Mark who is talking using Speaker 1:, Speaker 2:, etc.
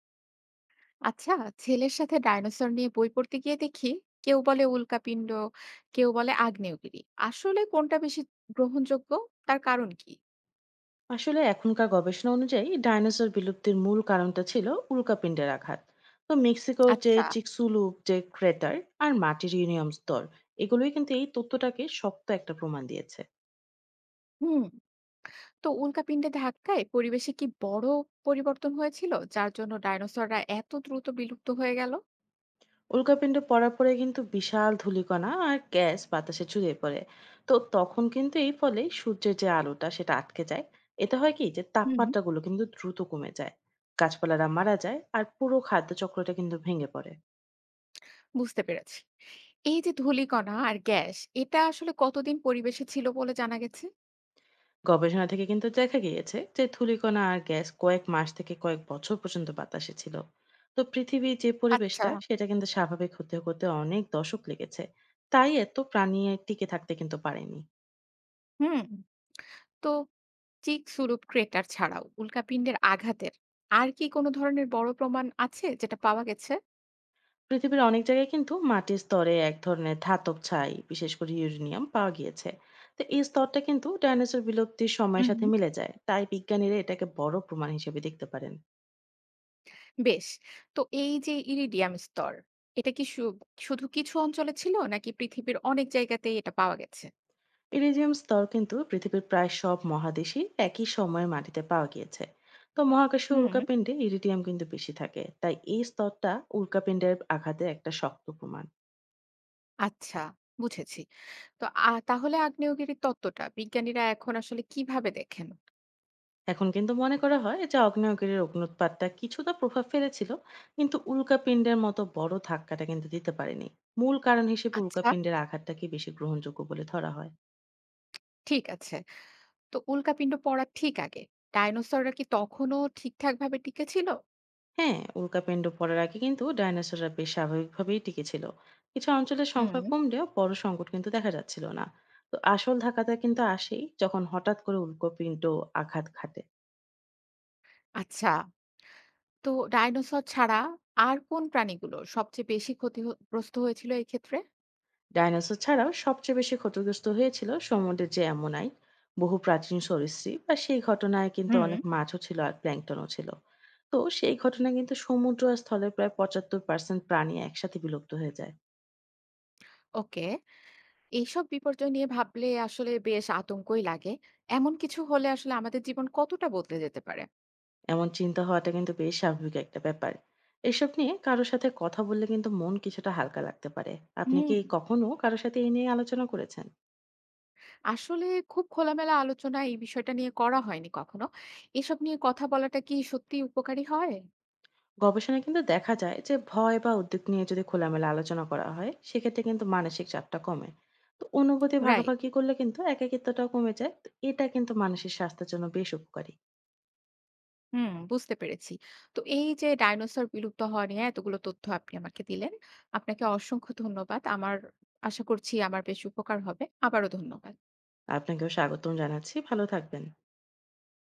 Speaker 1: আচ্ছা। ছেলের সাথে ডাইনোসর নিয়ে বই পড়তে গিয়ে দেখি কেউ বলে উল্কাপিণ্ড, কেউ বলে আগ্নেয়গিরি। আসলে কোনটা বেশি গ্রহণযোগ্য? তার কারণ কি?
Speaker 2: আসলে এখনকার গবেষণা অনুযায়ী ডাইনোসর বিলুপ্তির মূল কারণটা ছিল উল্কাপিণ্ডের আঘাত। তো মেক্সিকোর যে
Speaker 1: আচ্ছা।
Speaker 2: চিকসুলুপ যে ক্রেটার আর মাটির ইউনিয়াম স্তর, এগুলোই কিন্তু এই তথ্যটাকে শক্ত একটা প্রমাণ দিয়েছে।
Speaker 1: হুম। তো উল্কাপিণ্ডে ধাক্কায় পরিবেশে কি বড় পরিবর্তন হয়েছিল যার জন্য ডাইনোসররা এত দ্রুত বিলুপ্ত হয়ে গেল?
Speaker 2: উল্কাপিণ্ড পড়ার পরে কিন্তু বিশাল ধূলিকণা আর গ্যাস বাতাসে ছড়িয়ে পড়ে। তো তখন কিন্তু এই ফলে সূর্যের যে আলোটা সেটা আটকে যায়। এটা হয় কি যে
Speaker 1: হুম।
Speaker 2: তাপমাত্রাগুলো কিন্তু দ্রুত কমে যায়, গাছপালারা মারা যায় আর পুরো খাদ্য চক্রটা কিন্তু ভেঙে পড়ে।
Speaker 1: বুঝতে পেরেছি। এই যে ধূলিকণা আর গ্যাস, এটা আসলে কতদিন পরিবেশে ছিল বলে জানা গেছে?
Speaker 2: গবেষণা থেকে কিন্তু দেখা গিয়েছে যে ধূলিকণা আর গ্যাস কয়েক মাস থেকে কয়েক বছর পর্যন্ত বাতাসে ছিল। তো পৃথিবীর যে
Speaker 1: আচ্ছা।
Speaker 2: পরিবেশটা সেটা কিন্তু স্বাভাবিক হতে হতে অনেক দশক লেগেছে। তাই এত প্রাণী টিকে থাকতে কিন্তু পারেনি।
Speaker 1: হুম। তো চিকস্বরূপ ক্রেটার ছাড়াও উল্কাপিন্ডের আঘাতের আর কি কোনো ধরনের বড় প্রমাণ আছে যেটা পাওয়া গেছে?
Speaker 2: পৃথিবীর অনেক জায়গায় কিন্তু মাটির স্তরে এক ধরনের ধাতব ছাই, বিশেষ করে ইউরেনিয়াম পাওয়া গিয়েছে। তো এই স্তরটা কিন্তু ডাইনোসর বিলুপ্তির সময়ের
Speaker 1: হুম
Speaker 2: সাথে
Speaker 1: হুম।
Speaker 2: মিলে যায়, তাই বিজ্ঞানীরা এটাকে বড় প্রমাণ হিসেবে দেখতে পারেন।
Speaker 1: বেশ। তো এই যে ইরিডিয়াম স্তর, এটা কি শুধু কিছু অঞ্চলে ছিল নাকি পৃথিবীর অনেক জায়গাতেই এটা পাওয়া গেছে?
Speaker 2: ইরিডিয়াম স্তর কিন্তু পৃথিবীর প্রায় সব মহাদেশেই একই সময়ে মাটিতে পাওয়া গিয়েছে। তো মহাকাশীয়
Speaker 1: হুম।
Speaker 2: উল্কাপিণ্ডে ইরিডিয়াম কিন্তু বেশি থাকে, তাই এই স্তরটা উল্কাপিণ্ডের আঘাতে একটা শক্ত প্রমাণ।
Speaker 1: আচ্ছা। বুঝেছি। তো তাহলে আগ্নেয়গিরির তত্ত্বটা বিজ্ঞানীরা এখন আসলে কিভাবে দেখেন?
Speaker 2: এখন কিন্তু মনে করা হয় যে আগ্নেয়গিরির অগ্নুৎপাতটা কিছুটা প্রভাব ফেলেছিল, কিন্তু উল্কাপিণ্ডের মতো বড় ধাক্কাটা কিন্তু দিতে পারেনি। মূল কারণ হিসেবে
Speaker 1: আচ্ছা,
Speaker 2: উল্কাপিণ্ডের আঘাতটাকে বেশি গ্রহণযোগ্য বলে ধরা হয়।
Speaker 1: ঠিক আছে। তো উল্কাপিন্ড পড়ার ঠিক আগে ডাইনোসররা কি তখনও ঠিকঠাক ভাবে টিকে ছিল?
Speaker 2: হ্যাঁ, উল্কাপিণ্ড পড়ার আগে কিন্তু ডাইনোসররা বেশ স্বাভাবিকভাবেই টিকেছিল। কিছু অঞ্চলের সংখ্যা
Speaker 1: হুম।
Speaker 2: কমলেও বড় সংকট কিন্তু দেখা যাচ্ছিল না। তো আসল ধাক্কাটা কিন্তু আসেই যখন হঠাৎ করে উল্কাপিণ্ড আঘাত ঘাটে।
Speaker 1: আচ্ছা। তো ডাইনোসর ছাড়া আর কোন প্রাণীগুলো সবচেয়ে বেশি ক্ষতিগ্রস্ত হয়েছিল এই ক্ষেত্রে?
Speaker 2: ডাইনোসর ছাড়াও সবচেয়ে বেশি ক্ষতিগ্রস্ত হয়েছিল সমুদ্রের যে অ্যামোনাইট, বহু প্রাচীন সরীসৃপ বা সেই ঘটনায় কিন্তু
Speaker 1: হুম।
Speaker 2: অনেক মাছও ছিল আর প্ল্যাঙ্কটনও ছিল। তো সেই ঘটনা কিন্তু সমুদ্র আর স্থলের প্রায় 75% প্রাণী একসাথে বিলুপ্ত হয়ে যায়।
Speaker 1: ওকে, এইসব বিপর্যয় নিয়ে ভাবলে আসলে বেশ আতঙ্কই লাগে। এমন কিছু হলে আসলে আমাদের জীবন কতটা বদলে যেতে পারে?
Speaker 2: এমন চিন্তা হওয়াটা কিন্তু বেশ স্বাভাবিক একটা ব্যাপার। এসব নিয়ে কারো সাথে কথা বললে কিন্তু মন কিছুটা হালকা লাগতে পারে। আপনি কি
Speaker 1: হুম।
Speaker 2: কখনো কারো সাথে এই নিয়ে আলোচনা করেছেন?
Speaker 1: আসলে খুব খোলামেলা আলোচনা এই বিষয়টা নিয়ে করা হয়নি কখনো। এসব নিয়ে কথা বলাটা কি সত্যিই উপকারী হয়?
Speaker 2: গবেষণায় কিন্তু দেখা যায় যে ভয় বা উদ্বেগ নিয়ে যদি খোলামেলা আলোচনা করা হয়, সেক্ষেত্রে কিন্তু মানসিক চাপটা কমে। তো অনুভূতি
Speaker 1: রাইট।
Speaker 2: ভাগাভাগি করলে কিন্তু একাকিত্বটাও কমে যায়। তো এটা কিন্তু মানুষের স্বাস্থ্যের জন্য বেশ উপকারী।
Speaker 1: হুম, বুঝতে পেরেছি। তো এই যে ডাইনোসর বিলুপ্ত হওয়া নিয়ে এতগুলো তথ্য আপনি আমাকে দিলেন, আপনাকে অসংখ্য ধন্যবাদ। আমার আশা করছি আমার বেশ উপকার হবে। আবারও ধন্যবাদ।
Speaker 2: আপনাকেও স্বাগতম জানাচ্ছি। ভালো থাকবেন।